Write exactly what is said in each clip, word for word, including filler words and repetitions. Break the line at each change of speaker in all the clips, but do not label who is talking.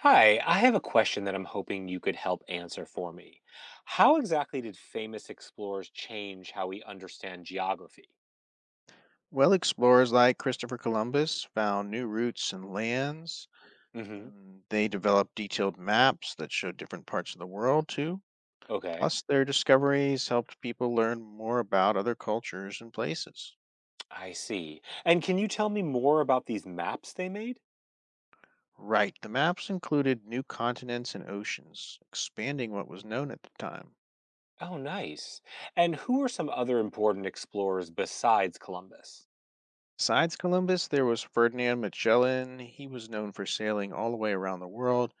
Hi, I have a question that I'm hoping you could help answer for me. How exactly did famous explorers change how we understand geography?
Well, explorers like Christopher Columbus found new routes and lands,
Hmm.
and they developed detailed maps that showed different parts of the world, too.
Okay.
Plus, their discoveries helped people learn more about other cultures and places.
I see. And can you tell me more about these maps they made?
Right, the maps included new continents and oceans, expanding what was known at the time.
Oh, nice. And who are some other important explorers besides Columbus?
Besides Columbus, there was Ferdinand Magellan. He was known for sailing all the way around the world.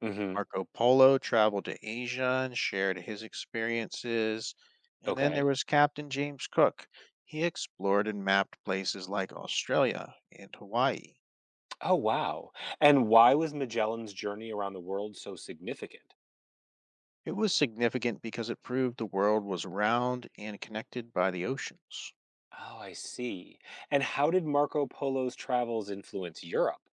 Hmm.
Marco Polo traveled to Asia and shared his experiences. And then there
Okay.
was Captain James Cook. He explored and mapped places like Australia and Hawaii.
Oh, wow. And why was Magellan's journey around the world so significant?
It was significant because it proved the world was round and connected by the oceans.
Oh, I see. And how did Marco Polo's travels influence Europe?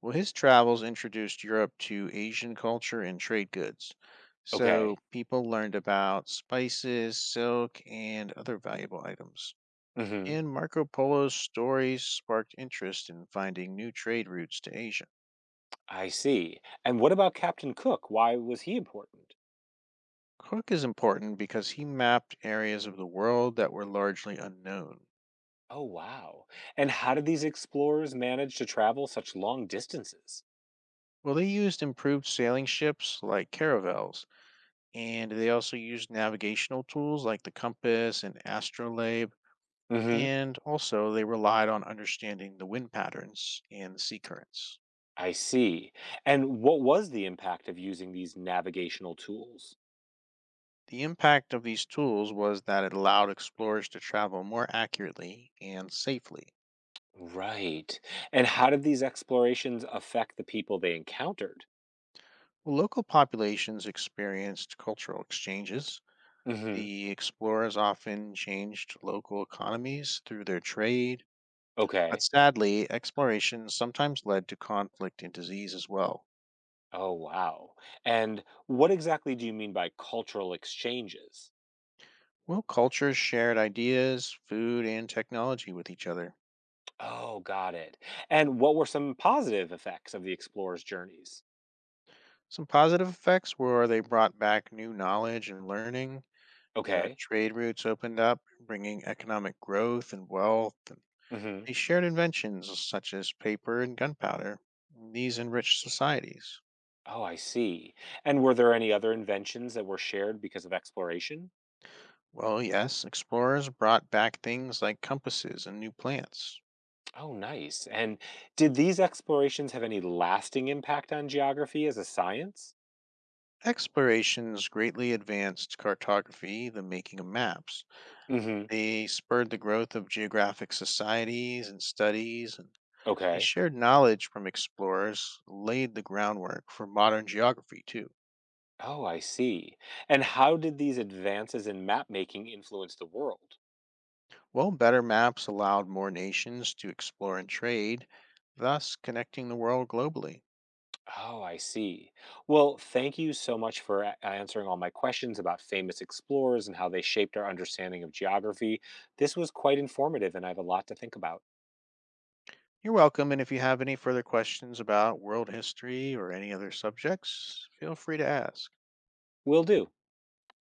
Well, his travels introduced Europe to Asian culture and trade goods. So
Okay.
people learned about spices, silk, and other valuable items.
Hmm.
And Marco Polo's stories sparked interest in finding new trade routes to Asia.
I see. And what about Captain Cook? Why was he important?
Cook is important because he mapped areas of the world that were largely unknown.
Oh, wow. And how did these explorers manage to travel such long distances?
Well, they used improved sailing ships like caravels, and they also used navigational tools like the compass and astrolabe,
Hmm.
and also they relied on understanding the wind patterns and the sea currents.
I see. And what was the impact of using these navigational tools?
The impact of these tools was that it allowed explorers to travel more accurately and safely.
Right. And how did these explorations affect the people they encountered?
Well, local populations experienced cultural exchanges.
Hmm.
The explorers often changed local economies through their trade, but
Okay.
sadly, exploration sometimes led to conflict and disease as well.
Oh, wow. And what exactly do you mean by cultural exchanges?
Well, cultures shared ideas, food, and technology with each other.
Oh, got it. And what were some positive effects of the explorers' journeys?
Some positive effects were they brought back new knowledge and learning. The
Okay.
trade routes opened up, bringing economic growth and wealth.
Hmm.
They shared inventions such as paper and gunpowder. These enriched societies.
Oh, I see. And were there any other inventions that were shared because of exploration?
Well, yes, explorers brought back things like compasses and new plants.
Oh, nice. And did these explorations have any lasting impact on geography as a science?
Explorations greatly advanced cartography, the making of maps.
Hmm.
They spurred the growth of geographic societies and studies, and they
Okay.
shared knowledge from explorers, laid the groundwork for modern geography, too.
Oh, I see. And how did these advances in map making influence the world?
Well, better maps allowed more nations to explore and trade, thus connecting the world globally.
Oh, I see. Well, thank you so much for a- answering all my questions about famous explorers and how they shaped our understanding of geography. This was quite informative, and I have a lot to think about.
You're welcome. And if you have any further questions about world history or any other subjects, feel free to ask.
Will do.